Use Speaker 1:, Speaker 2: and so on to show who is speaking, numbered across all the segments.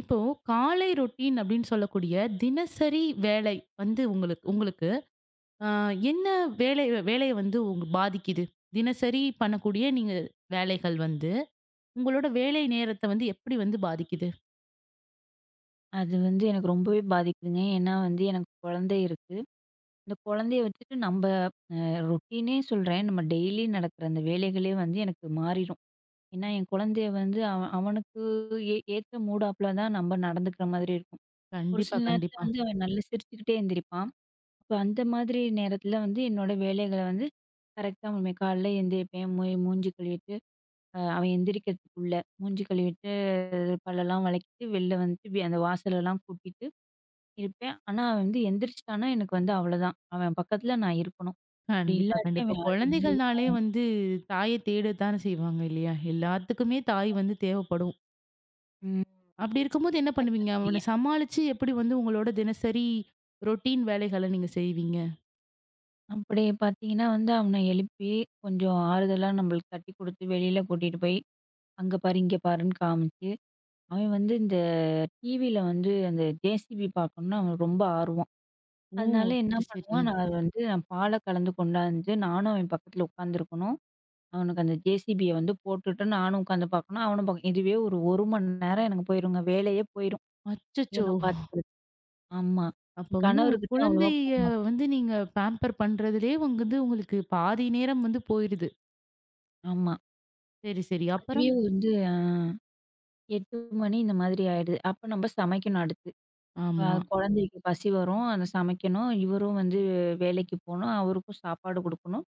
Speaker 1: இப்போ காலை ரொட்டீன் அப்படின்னு சொல்லக்கூடிய தினசரி வேலை வந்து உங்களுக்கு உங்களுக்கு ஆ, என்ன வேலை வேலையை வந்து உங்க பாதிக்குது? தினசரி பண்ணக்கூடிய நீங்க வேலைகள் வந்து, உங்களோட வேலை நேரத்த வந்து எப்படி வந்து பாதிக்குது?
Speaker 2: அது வந்து எனக்கு ரொம்பவே பாதிக்குதுங்க. ஏன்னா வந்து எனக்கு குழந்தை இருக்கு. இந்த குழந்தைய வச்சுட்டு நம்ப அ ரொட்டீனே சொல்றேன். நம்ம டெய்லி நடக்கிற அந்த வேலைகளே வந்து எனக்கு மாறிரும். ஏன்னா என் குழந்தைய வந்து அவனுக்கு ஏத்த மூடாப்புல தான் நம்ம நடந்துக்கிற மாதிரி இருக்கும். ஒரு
Speaker 1: கண்டிப்பா,
Speaker 2: சில நேரத்தில
Speaker 1: கண்டிப்பா.
Speaker 2: வந்து அவன் நல்லா சிரிச்சுக்கிட்டே எந்திரிப்பான். அப்ப அந்த மாதிரி நேரத்தில வந்து என்னோட வேலைகள வந்து கரெக்ட்டா முடிப்பேன். காலைல எந்திரிப்பேன். மூஞ்சி கழுவிட்டு அவன் எந்திரிக்கிறதுக்குள்ள மூஞ்சி கழுவிட்டு பல்லெல்லாம் விளக்கிட்டு வெளில வந்துட்டு அந்த வாசலெல்லாம் கூட்டிட்டு இருப்பேன். ஆனா, அவன் வந்து எந்திரிச்சுட்டான்னா, எனக்கு வந்து அவ்வளதான். அவன் பக்கத்துல நான் இருக்கணும். அப்படி
Speaker 1: கண்டிப்பா,
Speaker 2: இல்லாட்டி
Speaker 1: கண்டிப்பா.
Speaker 2: அவன் அழுது
Speaker 1: குழந்தைகள்னாலே வந்து தாய தேடத்தானே செய்வாங்க இல்லையா? எல்லாத்துக்குமே தாய் வந்து தேவைப்படும்.
Speaker 2: ம்.
Speaker 1: அப்படி இருக்கும்போது என்ன
Speaker 2: கரெக்ட்டா
Speaker 1: பண்ணுவீங்க?
Speaker 2: சொன்னீங்க.
Speaker 1: அவன சமாளிச்சு எப்படி வந்து உங்களோட தினசரி ரொட்டீன் வேலைகள நீங்க செய்வீங்க?
Speaker 2: அப்படி பார்த்தீங்கன்னா வந்து அவன எழுப்பி, கொஞ்சம் ஆறுதலா நம்மளுக்கு தட்டி குடுத்து, வெளியில கூட்டிட்டு போய், அங்க பாரு, இங்க பாருன்னு காமிச்சு, அவன் வந்து இந்த டிவியில வந்து அந்த ஜேசிபி பார்க்கணும்னு அவனுக்கு ரொம்ப ஆர்வம்.
Speaker 1: ஓ!
Speaker 2: அதனால என்ன
Speaker 1: சரி, சரி.
Speaker 2: பண்ணுவான், நான் அது வந்து நான் பால கலந்து கொண்டாந்து, நானும் அவன் பக்கத்துல உட்காந்துருக்கணும். அவனுக்கு அந்த ஜேசிபிய வந்து போட்டுட்டு நானும் உட்காந்து பார்க்கணும். அவனும் பார்க்கணும். இதுவே ஒரு 1 மணி நேரம் எனக்கு போயிருங்க. வேலையே போயிரும்.
Speaker 1: அச்சச்சோ!
Speaker 2: இவன பார்த்துக்கிறது. ஆமா.
Speaker 1: அப்ப வந்து உங்க
Speaker 2: கணவர்கிட்ட அவ்வளவா
Speaker 1: குழந்தைய
Speaker 2: போமாட்டேன்.
Speaker 1: வந்து நீங்க பேம்பர் பண்றதுலயே வந்து உங்களுக்கு பாதி நேரம் வந்து போயிருது.
Speaker 2: ஆமா.
Speaker 1: சரி, சரி.
Speaker 2: அதுவே
Speaker 1: அப்புறம்?
Speaker 2: வந்து 8 மணி இந்த மாதிரி ஆயிடுது. அப்ப நம்ம சமைக்கணும் அடுத்து. அ
Speaker 1: ஆமா.
Speaker 2: குழந்தைக்கு பசி வரும். அத சமைக்கணும். இவரும் வந்து வேலைக்கு போணும். அவருக்கும் சாப்பாடு குடுக்கணும்.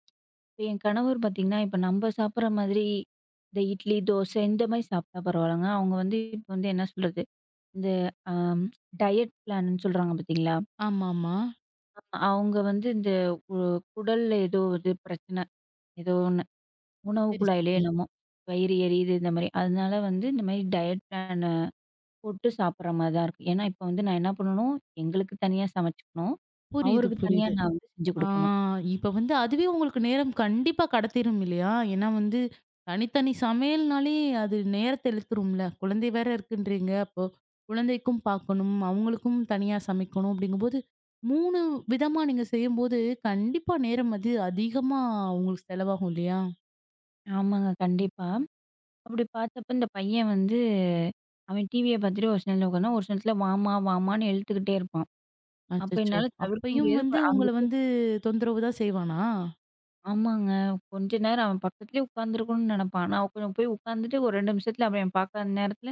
Speaker 2: இப்ப என் கணவர் பார்த்தீங்கன்னா, இப்ப நம்ம சாப்பிடுற மாதிரி இந்த இட்லி, தோசை இந்த மாரி சாப்பிட்டா பரவாயில்லங்க. அவங்க வந்து இப்ப வந்து என்ன சொல்றது? இந்த அம் டயட் பிளான்னு சொல்றாங்க பார்த்தீங்களா?
Speaker 1: ஆமாமா.
Speaker 2: ஆமா. அவங்க வந்து இந்த உ குடல்ல ஏதோ இது பிரச்சனை. ஏதோ ஒண்ணு. உணவு
Speaker 1: சரி,
Speaker 2: குழாயிலயோ
Speaker 1: சரி.
Speaker 2: என்னமோ! வயிறு எரியுது இந்த மாரி. அதனால வந்து இந்த மாரி டயட் பிளான போட்டு சாப்பிடுற மாரி தான் இருக்கும். ஏன்னா, இப்ப வந்து நான் என்ன பண்ணணும், எங்களுக்கு தனியா சமைச்சுக்கணும்.
Speaker 1: புரியுது,
Speaker 2: அவருக்கு தனியா
Speaker 1: புரியுது.
Speaker 2: நான் வந்து செஞ்சு
Speaker 1: ஆ
Speaker 2: குடுக்கணும்.
Speaker 1: இப்ப வந்து அதுவே உங்களுக்கு நேரம் கண்டிப்பா கடத்திரும் இல்லையா? ஏன்னா வந்து தனித்தனி சமையல்னாலே அது நேரத்த இழுத்துரும்ல. குழந்தை வேற இருக்குன்றீங்க. அப்போ குழந்தைக்கும் பார்க்கணும், அவங்களுக்கும் தனியா சமைக்கணும் அப்படிங்கும்போது 3 விதமா நீங்க செய்யும்போது கண்டிப்பா நேரம் அது அதிகமா உங்களுக்கு செலவாகும் இல்லையா?
Speaker 2: ஆமாங்க. கண்டிப்பா. அப்படி பார்த்தப்ப இந்த பையன் வந்து அவன் டிவிய பார்த்துட்டு ஒரு சில நேரத்துல உட்கார்ந்தா, ஒரு சில நேரத்துல வாமா, வாமான்னு இழுத்துக்கிட்டே இருப்பான். அப்ப
Speaker 1: அச்சச்சோ!
Speaker 2: என்னால தவிர்க்க
Speaker 1: அப்பயும்
Speaker 2: முடியாது. இப்ப
Speaker 1: வந்து
Speaker 2: அங்க
Speaker 1: உங்கள
Speaker 2: போய்
Speaker 1: வந்து தொந்தரவு தான் செய்வானா?
Speaker 2: ஆமாங்க. கொஞ்ச நேரம் அவன் பக்கத்துலயே உட்காந்துருக்கணும்னு நெனப்பான். நான் கொஞ்சம் போய் உட்காந்துட்டு ஒரு 2 நிமிஷத்துல அவன் என் பாக்காத நேரத்துல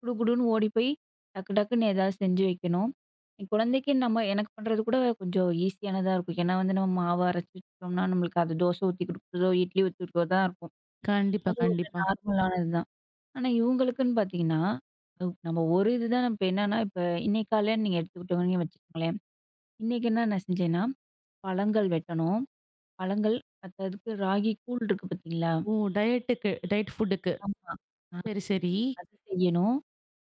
Speaker 2: குடுகுடுன்னு ஓடி போய் டக்கு டக்குன்னு ஏதாவது செஞ்சு வைக்கணும். என் குழந்தைக்கு நம்ம எனக்கு பண்றது கூட கொஞ்சம் ஈஸியானதா இருக்கும். ஏன்னா வந்து நம்ம மாவு அரைச்சு வச்சுட்டோம்னா, நம்மளுக்கு அது தோசை ஊத்தி குடுக்குறதோ, இட்லி ஊத்தி குடுக்குறதோ தான் இருக்கும்.
Speaker 1: கண்டிப்பா,
Speaker 2: அது ஒரு
Speaker 1: கண்டிப்பா.
Speaker 2: நார்மலானது தான். ஆனா இவங்களுக்குன்னு பாத்தீங்கன்னா, நம்ம ஒரு இதுதான் நம்ம இப்ப என்னன்னா, இப்ப இன்னைக்கு காலையில நீங்க எடுத்துக்கிட்டோங்கன்னு வச்சுக்கோங்களேன். இன்னைக்கு என்ன நான் செஞ்சேன்னா, பழங்கள் வெட்டணும். பழங்கள், பத்தாததுக்கு ராகி கூழ் இருக்கு பார்த்தீங்களா?
Speaker 1: ஓ! டயட்டுக்கு டயட் ஃபுட்டுக்கு.
Speaker 2: ஆமா. ஆ
Speaker 1: சரி, சரி.
Speaker 2: அது செய்யணும்.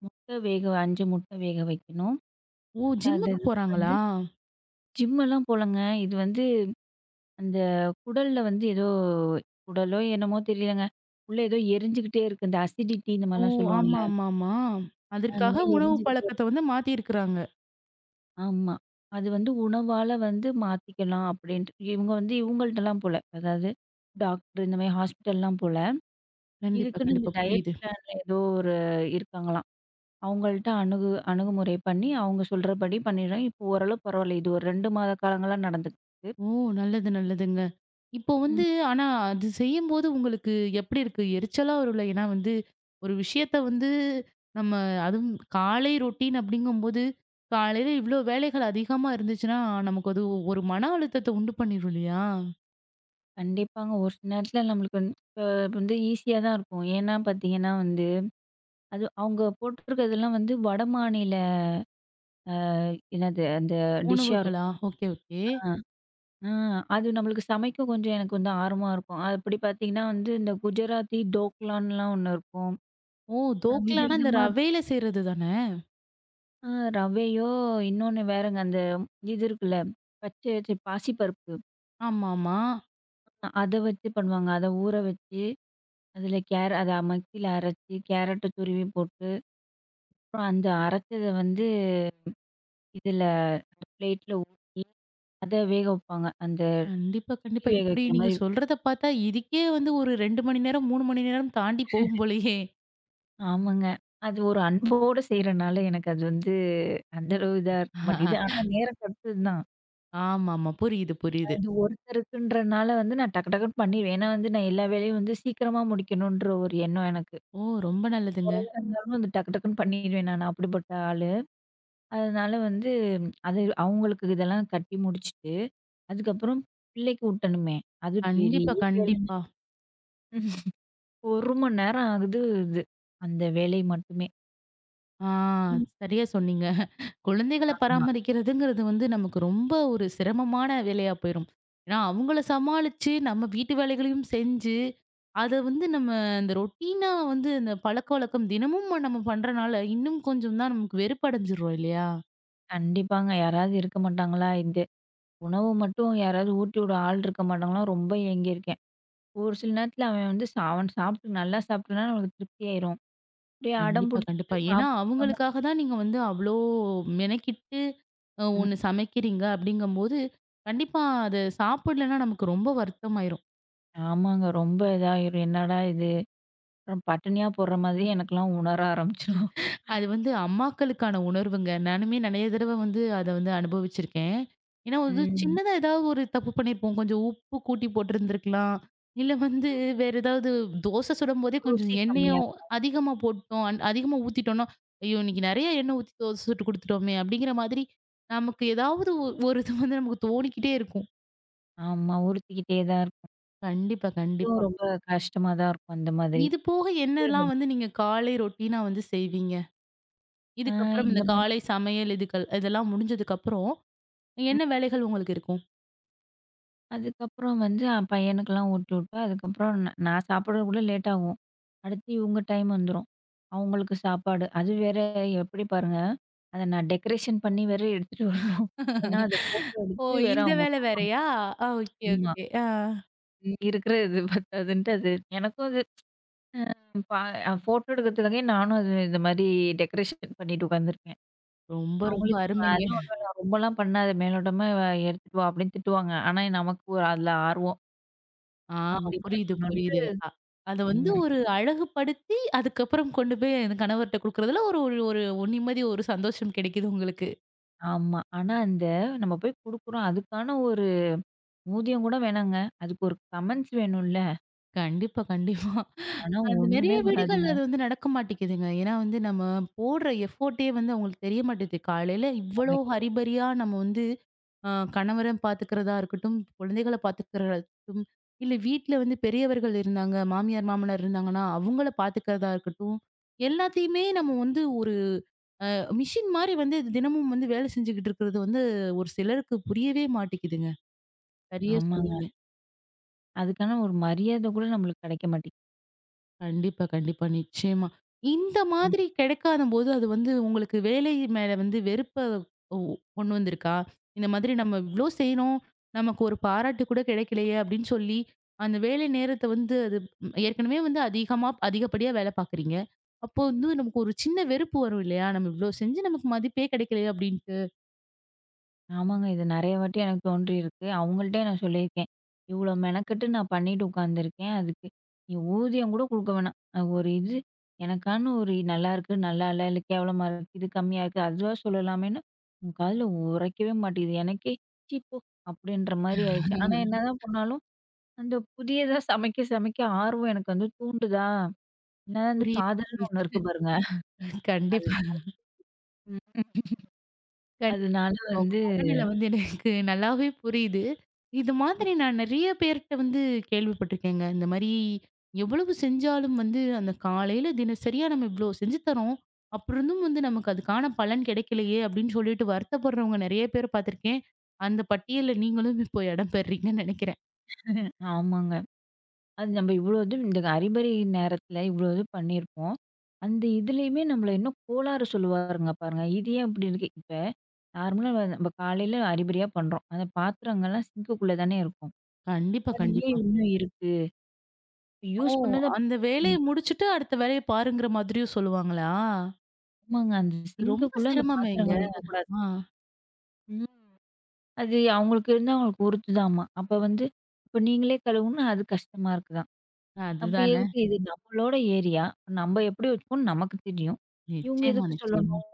Speaker 2: முட்டை வேக 5 முட்டை வேக வைக்கணும்.
Speaker 1: ஓ! ஜிம்முக்கு
Speaker 2: பத்தாததுக்கு வந்து
Speaker 1: போறாங்களா?
Speaker 2: ஜிம்மெல்லாம் போலங்க. இது வந்து அந்த குடல்ல வந்து ஏதோ குடலோ என்னமோ தெரியலங்க. உள்ள ஏதோ எரிஞ்சுகிட்டே இருக்கு. இந்த அசிடிட்டி இந்த
Speaker 1: ஓ!
Speaker 2: மாரிலாம் சொல்லுவோம்ல.
Speaker 1: ஆமா, ஆமா, ஆமா.
Speaker 2: அந்த
Speaker 1: அதற்காக
Speaker 2: மாரி
Speaker 1: உணவு
Speaker 2: எரிஞ்சுகிட்டே இருக்கு.
Speaker 1: பழக்கத்த வந்து மாத்தியிருக்கிறாங்க.
Speaker 2: ஆமா. அது வந்து உணவால வந்து மாத்திக்கலாம் அப்படின்ட்டு. இவங்க வந்து இவங்கள்ட்டலாம் போல. அதாவது டாக்டர் இந்த மாரி ஹாஸ்பிட்டல்லாம் போல.
Speaker 1: கண்டிப்பா,
Speaker 2: இதுக்குன்னு இந்த
Speaker 1: கண்டிப்பா.
Speaker 2: டயட்
Speaker 1: புரியுது.
Speaker 2: பிளான்ல ஏதோ ஒரு இருக்காங்களாம். அவங்கள்ட்ட அணுகுமுறை பண்ணி, அவங்க சொல்றபடி பண்ணிடுவேன். இப்போ ஓரளவு பரவால்ல. இது ஒரு 2 மாத காலங்களா நடந்துக்கிட்டுருக்கு.
Speaker 1: ஓ! நல்லது, நல்லதுங்க. இப்போ
Speaker 2: ம்.
Speaker 1: வந்து ஆனா அது செய்யும்போது உங்களுக்கு எப்படி இருக்கு? எரிச்சலா வரும்ல? ஏன்னா வந்து ஒரு விஷயத்த வந்து நம்ம அதுவும் காலை ரொட்டீன் அப்படிங்கும்போது, காலையில இவ்ளோ வேலைகள் அதிகமா இருந்துச்சுன்னா, நமக்கு அது ஒரு மன அழுத்தத்த உண்டு பண்ணிரும் இல்லையா?
Speaker 2: கண்டிப்பாங்க ஒரு சில நேரத்துல நம்மளுக்கு வந்து வந்து ஈஸியா தான் இருக்கும். ஏன்னா பாத்தீங்கன்னா வந்து, அது அவங்க போட்டிருக்கிறதெல்லாம் வந்து வடமாநில என்னது அந்த டிஷ்ஷா
Speaker 1: உணவுகளா?
Speaker 2: இருக்கும்.
Speaker 1: Okay, okay.
Speaker 2: ஆ, ஆ, அது நம்மளுக்கு சமைக்க கொஞ்சம் எனக்கு வந்து ஆர்வமா இருக்கும். அப்படி பாத்தீங்கன்னா வந்து இந்த குஜராத்தி டோக்லான்லாம் ஒண்ணு இருக்கும்.
Speaker 1: ஓ!
Speaker 2: அ
Speaker 1: தோக்லான்னா இந்த
Speaker 2: விதவிதமா இருக்கும்.
Speaker 1: ரவையில செய்றது தானே?
Speaker 2: ஆ ரவையோ, இன்னொன்னு வேறங்க அந்த இது இருக்குல்ல, பச்சரிசி பாசிப்பருப்பு.
Speaker 1: ஆமாமா.
Speaker 2: அத வச்சு பண்ணுவாங்க. அத ஊற வச்சு, அதில அத மிக்ஸில அரைச்சு, கேரட்ட துருவி போட்டு, அப்புறம் அந்த அரைச்சத வந்து இதில பிளேட்ல ஊத்தி, அத வேக வைப்பாங்க. அந்த
Speaker 1: கண்டிப்பா,
Speaker 2: இட்லி
Speaker 1: கண்டிப்பா.
Speaker 2: வேக
Speaker 1: இப்படி
Speaker 2: வைக்கிற
Speaker 1: நீங்க
Speaker 2: மாரி
Speaker 1: சொல்றத பார்த்தா இதுக்கே வந்து ஒரு 2 மணி நேரம், 3 மணி நேரம் தாண்டி போகும் போலயே.
Speaker 2: ஆமாங்க. அது ஒரு அன்போட செய்றனால எனக்கு அது வந்து அந்த அளவு இதா இருக்க மாட்டேங்குது. ஆனா நேரம் கெடச்சது தான்.
Speaker 1: ஆமாமா. புரியுது,
Speaker 2: நான்
Speaker 1: புரியுது.
Speaker 2: இது ஒருத்தருக்குன்றனால வந்து நான் டக்கு டக்குன்னு பண்ணிருவேன். ஏன்னா வந்து நான் எல்லா வேலையும் வந்து சீக்கிரமா முடிக்கணுன்ற ஒரு எண்ணம் எனக்கு.
Speaker 1: ஓ! ரொம்ப நல்லதுங்க.
Speaker 2: குறையா இருந்தாலும் வந்து டக்கு டக்குன்னு பண்ணிருவேன் நானு. அப்படிப்பட்ட ஆளு. அதனால வந்து அது அவங்களுக்கு இதெல்லாம் கட்டி முடிச்சுட்டு, அதுக்கப்புறம் பிள்ளைக்கு ஊட்டணுமே! அது
Speaker 1: கண்டிப்பா,
Speaker 2: பெரிய வேலைங்க.
Speaker 1: கண்டிப்பா.
Speaker 2: ஒரு மணி நேரம் ஆகுது இது. அந்த வேலை மட்டுமே.
Speaker 1: ஆ
Speaker 2: ம்.
Speaker 1: சரியா சொன்னீங்க. குழந்தைகள
Speaker 2: ஆமா.
Speaker 1: பராமரிக்கிறதுங்கிறது வந்து நமக்கு ரொம்ப ஒரு சிரமமான வேலையா போயிரும். ஏன்னா, அவங்கள சமாளிச்சு, நம்ம வீட்டு வேலைகளையும் செஞ்சு, அத வந்து நம்ம அந்த ரொட்டீனா வந்து அந்த பழக்கவழக்கம் தினமும் நம்ம பண்றனால, இன்னும் கொஞ்சம் தான் நமக்கு வெறுப்படைஞ்சிடுறோம் இல்லையா?
Speaker 2: கண்டிப்பாங்க. யாராவது இருக்க மாட்டாங்களா? இந்த உணவு மட்டும் யாராவது ஊட்டி விட ஆள் இருக்க மாட்டாங்களா? ரொம்ப ஏங்கியிருக்கேன். ஒரு சில நேரத்தில அவன் வந்து அவன் சாப்பிட்டு நல்லா சாப்பிட்டனா நமக்கு திருப்தி ஆயிரும். அப்படியே அடம்
Speaker 1: கண்டிப்பா, கண்டிப்பா.
Speaker 2: பிடிச்சுட்டு
Speaker 1: ஏன்னா,
Speaker 2: சாப்பிடாம
Speaker 1: அவங்களுக்காக தான் நீங்க வந்து அவ்ளோ மெனக்கிட்டு அ
Speaker 2: ம்.
Speaker 1: ஒண்ணு சமைக்கிறீங்க அப்படிங்கும்போது, கண்டிப்பா அத சாப்பிடலன்னா நமக்கு ரொம்ப வருத்தமாயிரும்.
Speaker 2: ஆமாங்க. ரொம்ப இதாயிரும். என்னடா இது! அப்புறம் பட்டினியா போடுற மாதிரி எனக்கெல்லாம் உணர ஆரம்பிச்சுரும்.
Speaker 1: அது வந்து அம்மாக்களுக்கான உணர்வுங்க. நானுமே நெறைய தடவ வந்து அத வந்து அனுபவிச்சிருக்கேன். ஏன்னா வந்து
Speaker 2: ம்.
Speaker 1: சின்னதா ஏதாவது ஒரு தப்பு பண்ணியிருப்போம். கொஞ்சம் உப்பு கூட்டி போட்டிருந்திருக்கலாம். இல்ல வந்து வேற ஏதாவது தோசை சுடும்போதே கொஞ்சம்
Speaker 2: ருசி கம்மியா
Speaker 1: எண்ணெயும்
Speaker 2: இருக்கும்.
Speaker 1: அதிகமா போட்டோம். அதிகமா ஊத்திட்டோம்னா, "ஐயோ! இன்னைக்கு நெறைய எண்ணெய் ஊத்தி தோசை சுட்டு குடுத்துட்டோமே!" அப்படிங்கிற மாதிரி நமக்கு ஏதாவது ஒரு இது வந்து நமக்கு தோணிக்கிட்டே இருக்கும்.
Speaker 2: ஆமா. உறுத்திக்கிட்டே தான் இருக்கும்.
Speaker 1: கண்டிப்பா,
Speaker 2: அதுவும்
Speaker 1: கண்டிப்பா.
Speaker 2: ரொம்ப கஷ்டமா தான் இருக்கும் அந்த மாதிரி.
Speaker 1: இது போக என்னலாம்
Speaker 2: சிறுவர்.
Speaker 1: வந்து நீங்க காலை ரொட்டீனா வந்து செய்வீங்க?
Speaker 2: ஆ
Speaker 1: இதுக்கப்புறம்
Speaker 2: இந்த
Speaker 1: இந்த
Speaker 2: மாதிரி
Speaker 1: காலை சமையல் இதுக்கள் இதெல்லாம் முடிஞ்சதுக்கப்புறம் என்ன
Speaker 2: ம்.
Speaker 1: வேலைகள் உங்களுக்கு இருக்கும்?
Speaker 2: அதுக்கப்புறம் வந்து அ பையனுக்கெல்லாம் ஊட்டி விட்டேன். அதுக்கப்புறம் நான் சாப்பிடுறது கூட லேட் ஆகும். அடுத்து இவங்க டைம் வந்துரும். அவங்களுக்கு சாப்பாடு. அது வேற எப்படி பாருங்க, அத நான் டெக்கரேஷன் பண்ணி வேற எடுத்துட்டு வரணும். ஏன்னா அத ஃபோட்டோ
Speaker 1: ஓ!
Speaker 2: எடுத்து வேற
Speaker 1: இந்த
Speaker 2: அவங்க
Speaker 1: வேலை
Speaker 2: குடுக்கணும்.
Speaker 1: வேறையா? ஆ ஓகே,
Speaker 2: ஆமா.
Speaker 1: ஓகே. ஆ.
Speaker 2: ம். இருக்கிற இது பத்தாதுன்ட்டு அது எனக்கும் அது அ பா ஃபோட்டோ எடுக்கிறதுக்காகவே நானும் அது இந்த மாதிரி டெக்கரேஷன் பண்ணிட்டு உட்காந்துருக்கேன்.
Speaker 1: ரொம்ப, ரொம்ப
Speaker 2: அவங்களுக்கு இப்ப
Speaker 1: அருமைங்க.
Speaker 2: அதெல்லாம் ஒண்ணும் இல்ல, ரொம்பலாம் பண்ணாத, மேலோட்டமா "இவ எடுத்துட்டு வா" அப்படின்னு திட்டுவாங்க. ஆனா நமக்கு ஒரு அதுல ஆர்வம்.
Speaker 1: ஆ
Speaker 2: அப்படி
Speaker 1: புரியுது,
Speaker 2: பண்ணணும்ன்ட்டு
Speaker 1: புரியுது. அ அத வந்து
Speaker 2: ம்.
Speaker 1: ஒரு அழகுபடுத்தி, அதுக்கப்புறம் கொண்டு போய் அந்த கணவர்ட்ட குடுக்குறதுல ஒரு ஒரு ஒரு ஒரு நிம்மதி, ஒரு சந்தோஷம் கிடைக்குது உங்களுக்கு.
Speaker 2: ஆமா. ஆனா அந்த நம்ம போய் குடுக்குறோம். அதுக்கான ஒரு ஊதியம் கூட வேணாங்க. அதுக்கு ஒரு கமெண்ட்ஸ் வேணும்ல.
Speaker 1: கண்டிப்பா, கண்டிப்பா.
Speaker 2: ஆனா
Speaker 1: அந்த நெறைய
Speaker 2: ஒண்ணுமே வராதுங்க.
Speaker 1: வீடுகள்ல அது வந்து நடக்க மாட்டேங்குதுங்க. ஏன்னா வந்து நம்ம போடுற எஃபோர்ட்டே வந்து அவங்களுக்கு தெரிய மாட்டேது. காலையில இவ்வளோ ஹரிபரியா நம்ம வந்து அ கணவர பார்த்துக்கிறதா இருக்கட்டும், குழந்தைகள பார்த்துக்கிறதா இருக்கட்டும், இல்ல வீட்ல வந்து பெரியவர்கள் இருந்தாங்க, மாமியார், மாமனார் இருந்தாங்கன்னா, அவங்கள பார்த்துக்கிறதா இருக்கட்டும், எல்லாத்தையுமே நம்ம வந்து ஒரு மிஷின் மாரி வந்து தினமும் வந்து வேலை செஞ்சுகிட்டு இருக்கிறது வந்து ஒரு சிலருக்கு புரியவே மாட்டேங்குதுங்க. சரியா
Speaker 2: ஆமாங்க.
Speaker 1: சொன்னீங்க.
Speaker 2: அதுக்கான ஒரு மரியாதை கூட நம்மளுக்கு கிடைக்க மாட்டேங்குது.
Speaker 1: கண்டிப்பா, கண்டிப்பா. நிச்சயமா. இந்த மாதிரி கிடைக்காதம்போது, அது வந்து உங்களுக்கு வேலை மேல வந்து வெறுப்ப ஒ கொண்டு வந்திருக்கா? இந்த மாதிரி நம்ம இவ்ளோ செய்றோம், நமக்கு ஒரு பாராட்டு கூட கிடைக்கலையே அப்படின்னு சொல்லி, அந்த வேலை நேரத்த வந்து அது ம், ஏற்கனவே வந்து அதிகமா அதிகப்படியா வேலை பார்க்குறீங்க. அப்போ வந்து நமக்கு ஒரு சின்ன வெறுப்பு வரும் இல்லையா? நம்ம இவ்ளோ செஞ்சு நமக்கு மதிப்பே கிடைக்கலையே அப்படின்ட்டு.
Speaker 2: ஆமாங்க. இது நெறைய வாட்டி எனக்கு தோன்றியிருக்கு. அவங்கள்ட்டயே நான் சொல்லியிருக்கேன். இவ்வளோ மெனக்கெட்டு நான் பண்ணிட்டு உட்காந்துருக்கேன். அதுக்கு நீ ஊதியம் கூட குடுக்க வேணாம். அது ஒரு இது எனக்கான்னு ஒரு நல்லா இருக்கு, நல்லா இல்ல, இல்ல கேவலமா இருக்கு, இது கம்மியா இருக்கு, அதுவா சொல்லலாமேன்னு உன் காதுல உரைக்கவே மாட்டேங்குது. எனக்கே ச்சீ போ! அப்படின்ற மாரி ஆயிடுச்சு. ஆனா என்னதான் பண்ணாலும், அந்த புதியதா சமைக்க சமைக்க ஆர்வம் எனக்கு வந்து தூண்டுதா, என்னதான் வந்து
Speaker 1: புரியுது,
Speaker 2: காதல்னு ஒண்ணு
Speaker 1: புரியுது.
Speaker 2: இருக்கு பாருங்க. அது
Speaker 1: கண்டிப்பா.
Speaker 2: ம்.
Speaker 1: கண்டிப்பா,
Speaker 2: அதனால
Speaker 1: கண்டிப்பா. உங்க
Speaker 2: வந்து
Speaker 1: மனநிலை வந்து எனக்கு நல்லாவே புரியுது. இது மாதிரி நான் நெறைய பேர்ட்ட வந்து கேள்விப்பட்டுருக்கேங்க. இந்த மாரி எவ்வளவு செஞ்சாலும் வந்து அந்த காலையில தினசரியா நம்ம இவ்ளோ செஞ்சு தரோம். அப்புறம் இருந்தும் வந்து நமக்கு அதுக்கான பலன் கிடைக்கலையே! அப்படின்னு சொல்லிட்டு வருத்தப்படுறவங்க நெறைய பேர் பார்த்துருக்கேன். அந்த பட்டியல்ல நீங்களும் இப்போ இடம் பெறீங்கன்னு நெனைக்கிறேன்.
Speaker 2: ஆமாங்க. அது நம்ம இவ்வளோ இது இந்த அறிபறி நேரத்துல இவ்வளோ இது பண்ணியிருப்போம். அந்த இதுலயுமே நம்மள இன்னும் கோளாறு சொல்லுவாருங்க பாருங்க. இது ஏன் இப்படி இருக்கு? இப்ப நார்மலா நம்ம காலையில அறிபறியா பண்றோம். அந்த பாத்திரங்கள்லாம் சிங்க்குக்குள்ள தானே இருக்கும்.
Speaker 1: கண்டிப்பா,
Speaker 2: அது
Speaker 1: கண்டிப்பா.
Speaker 2: ஏன் இன்னும் இருக்கு?
Speaker 1: ஓ!
Speaker 2: யூஸ் பண்ணத
Speaker 1: அந்த வேலைய முடிச்சுட்டு அடுத்த வேலைய பாருங்கிற மாதிரியும் சொல்லுவாங்களா?
Speaker 2: ஆமாங்க. அந்த
Speaker 1: அது ரொம்ப
Speaker 2: சிங்க்குக்குள்ள அந்த
Speaker 1: சிரமமேங்க.
Speaker 2: பாத்திரங்கள் இருக்கக்கூடாது.
Speaker 1: ஆ.
Speaker 2: ம். அது அவங்களுக்கு இருந்தா அவங்களுக்கு உறுத்துதாம்மா. அப்ப வந்து இப்ப நீங்களே கழுவுனா அது கஷ்டமா இருக்குதாம். அப்ப
Speaker 1: அதுதானே.
Speaker 2: எதுக்கு இது நம்மளோட ஏரியா. நம்ம எப்படி வச்சுக்கோன்னு நமக்கு தெரியும். இவங்க
Speaker 1: நிச்சயமா,
Speaker 2: எதுக்கு
Speaker 1: நிச்சயமா.
Speaker 2: சொல்லணும்?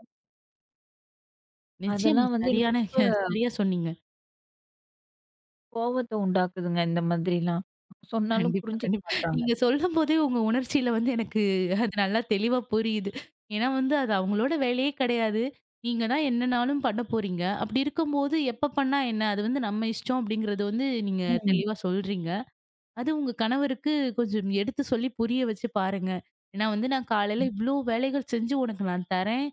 Speaker 1: நிச்சயமா.
Speaker 2: அதெல்லாம் வந்து எனக்கு
Speaker 1: சரியான
Speaker 2: ரொம்ப
Speaker 1: சரியா சொன்னீங்க.
Speaker 2: கோவத்த உண்டாக்குதுங்க, இந்த மாதிரிலாம். சொன்னாலும்
Speaker 1: கண்டிப்பா,
Speaker 2: புரிஞ்சுக்க
Speaker 1: கண்டிப்பா.
Speaker 2: மாட்றாங்க.
Speaker 1: நீங்க சொல்லும்போதே உங்க உணர்ச்சியில வந்து எனக்கு அது நல்லா தெளிவா புரியுது. ஏன்னா வந்து அது அவங்களோட வேலையே கிடையாது. நீங்க தான் என்னனாலும் பண்ண போறீங்க. அப்படி இருக்கும்போது எப்ப பண்ணா என்ன? அது வந்து நம்ம இஷ்டம் அப்படிங்கிறது வந்து நீங்க
Speaker 2: ம்.
Speaker 1: தெளிவா சொல்றீங்க. அது உங்க கணவருக்கு கொஞ்சம் எடுத்து சொல்லி புரிய வச்சு பாருங்க. ஏன்னா வந்து நான் காலையில இவ்ளோ வேலைகள் செஞ்சு உனக்கு நான் தரேன்.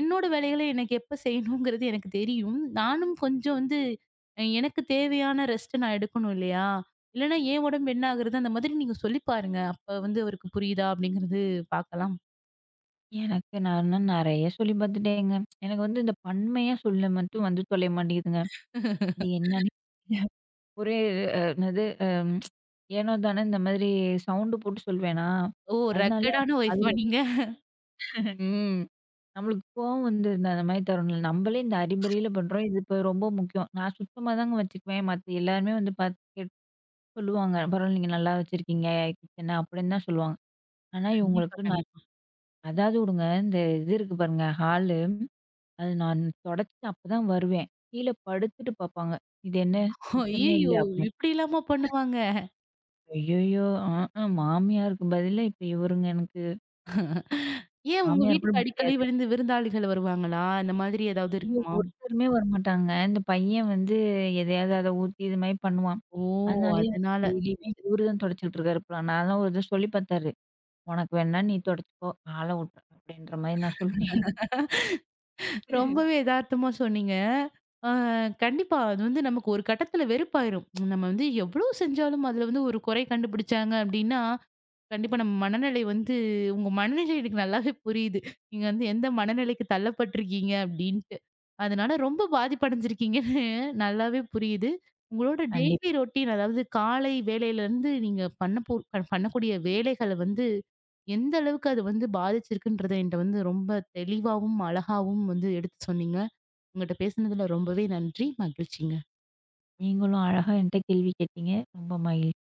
Speaker 1: என்னோட வேலைகள எனக்கு எப்ப செய்யணுங்கிறது எனக்கு தெரியும். நானும் கொஞ்சம் வந்து அ எனக்கு தேவையான ரெஸ்ட் நான் எடுக்கணும் இல்லையா? இல்லன்னா என் உடம்பு என்ன ஆகுறது? அந்த மாதிரி நீங்க சொல்லி பாருங்க. அப்ப வந்து அவருக்கு புரியுதா அப்படிங்கிறது பார்க்கலாம்.
Speaker 2: எனக்கு நான்னா நெறைய சொல்லி பார்த்துட்டேங்க. எனக்கு வந்து இந்த பன்மையா சொல்ல மட்டும் வந்து தொலைய மாட்டேங்குதுங்க. அது என்னன்னே ஒரே என்னது ஏனோ தானோன்னு இந்த மாதிரி சவுண்டு போட்டு சொல்வேனா,
Speaker 1: ஓ!
Speaker 2: அதனாலயே
Speaker 1: ரக்கடான
Speaker 2: அவங்க
Speaker 1: ஒய்ஃபா
Speaker 2: காதுல
Speaker 1: நீங்க?
Speaker 2: ம். நம்மளுக்கு கோவம் வந்துருது அந்த மாதிரி தருணம்ல. நம்மளே இந்த அறிபறியில பண்றோம். இது இப்ப ரொம்ப முக்கியம். நான் சுத்தமா தாங்க வச்சுக்குவேன். மத்த எல்லாருமே வந்து பாத்து சொல்லுவாங்க. பரவாயில்ல நீங்க நல்லா வச்சிருக்கீங்க கிச்சன அப்படின்னு தான் சொல்லுவாங்க. ஆனா
Speaker 1: கண்டிப்பா,
Speaker 2: இவங்களுக்கு நான்
Speaker 1: கண்டிப்பா.
Speaker 2: அதாவது விடுங்க இந்த இது இருக்கு பாருங்க ஹாலு, அது நான் தொடச்சுட்டு அப்பதான் வருவேன். கீழ படுத்துட்டு பாப்பாங்க. இது என்ன சுத்தமே இல்ல
Speaker 1: ஐய்யயோ!
Speaker 2: அப்படின்னு.
Speaker 1: இப்படிலாமா பண்ணுவாங்க?
Speaker 2: ஐயய்யோ! மாமியாருக்கு பதிலா இப்ப இவருங்க எனக்கு
Speaker 1: ஏன் உங்க
Speaker 2: மாமியார் கூட
Speaker 1: வீட்டுக்கு
Speaker 2: இப்படி
Speaker 1: அடிக்கடி
Speaker 2: கிடையாது.
Speaker 1: விருந்தாளிகள் வருவாங்களா? இந்த மாதிரி ஏதாவது
Speaker 2: ஐயோ!
Speaker 1: இருக்குமா?
Speaker 2: ஒருத்தருமே வரமாட்டாங்க. இந்த பையன் வந்து எதையாவது அத ஊத்தி இது மாரி பண்ணுவான்.
Speaker 1: ஓ!
Speaker 2: அதனாலேயே வந்து
Speaker 1: அதனால.
Speaker 2: டெய்லியுமே இவரு தான் தொடச்சுக்கிட்டு இருக்காரு போல. நான் தான் ஒரு தடவ சொல்லி பார்த்தாரு. உனக்கு வேணா நீ தொடச்சுக்கோ. நான் ஆள விட்டுறேன். அப்படின்ற மாரி நான் சொல்லிட்டேன்.
Speaker 1: ரொம்பவே எதார்த்தமா சொன்னீங்க. ஆ கண்டிப்பா. அது வந்து நமக்கு ஒரு கட்டத்துல வெறுப்பாயிரும். நம்ம வந்து எவ்ளோ செஞ்சாலும் அதுல வந்து ஒரு குறை கண்டுபிடிச்சாங்க அப்டின்னா, கண்டிப்பா நம்ம மனநிலை வந்து உங்க மனநிலை எனக்கு நல்லாவே புரியுது. நீங்க வந்து எந்த மனநிலைக்கு தள்ளப்பட்டுருக்கீங்க அப்டின்ட்டு. அதனால ரொம்ப பாதிப்படைஞ்சிருக்கீங்கன்னு நல்லாவே புரியுது. உங்களோட
Speaker 2: கண்டிப்பா.
Speaker 1: டெய்லி ரொட்டீன் அதாவது காலை வேலையிலருந்து நீங்க பண்ணக்கூடிய வேலைகள வந்து எந்த அளவுக்கு அது வந்து பாதிச்சிருக்குன்றத என்ட்ட வந்து ரொம்ப தெளிவாவும், அழகாவும் வந்து எடுத்து சொன்னீங்க. உங்கட்ட பேசினதுல ரொம்பவே நன்றி. மகிழ்ச்சிங்க.
Speaker 2: நீங்களும் அழகா என்ட்ட கேள்வி கேட்டீங்க. ரொம்ப மகிழ்ச்சி.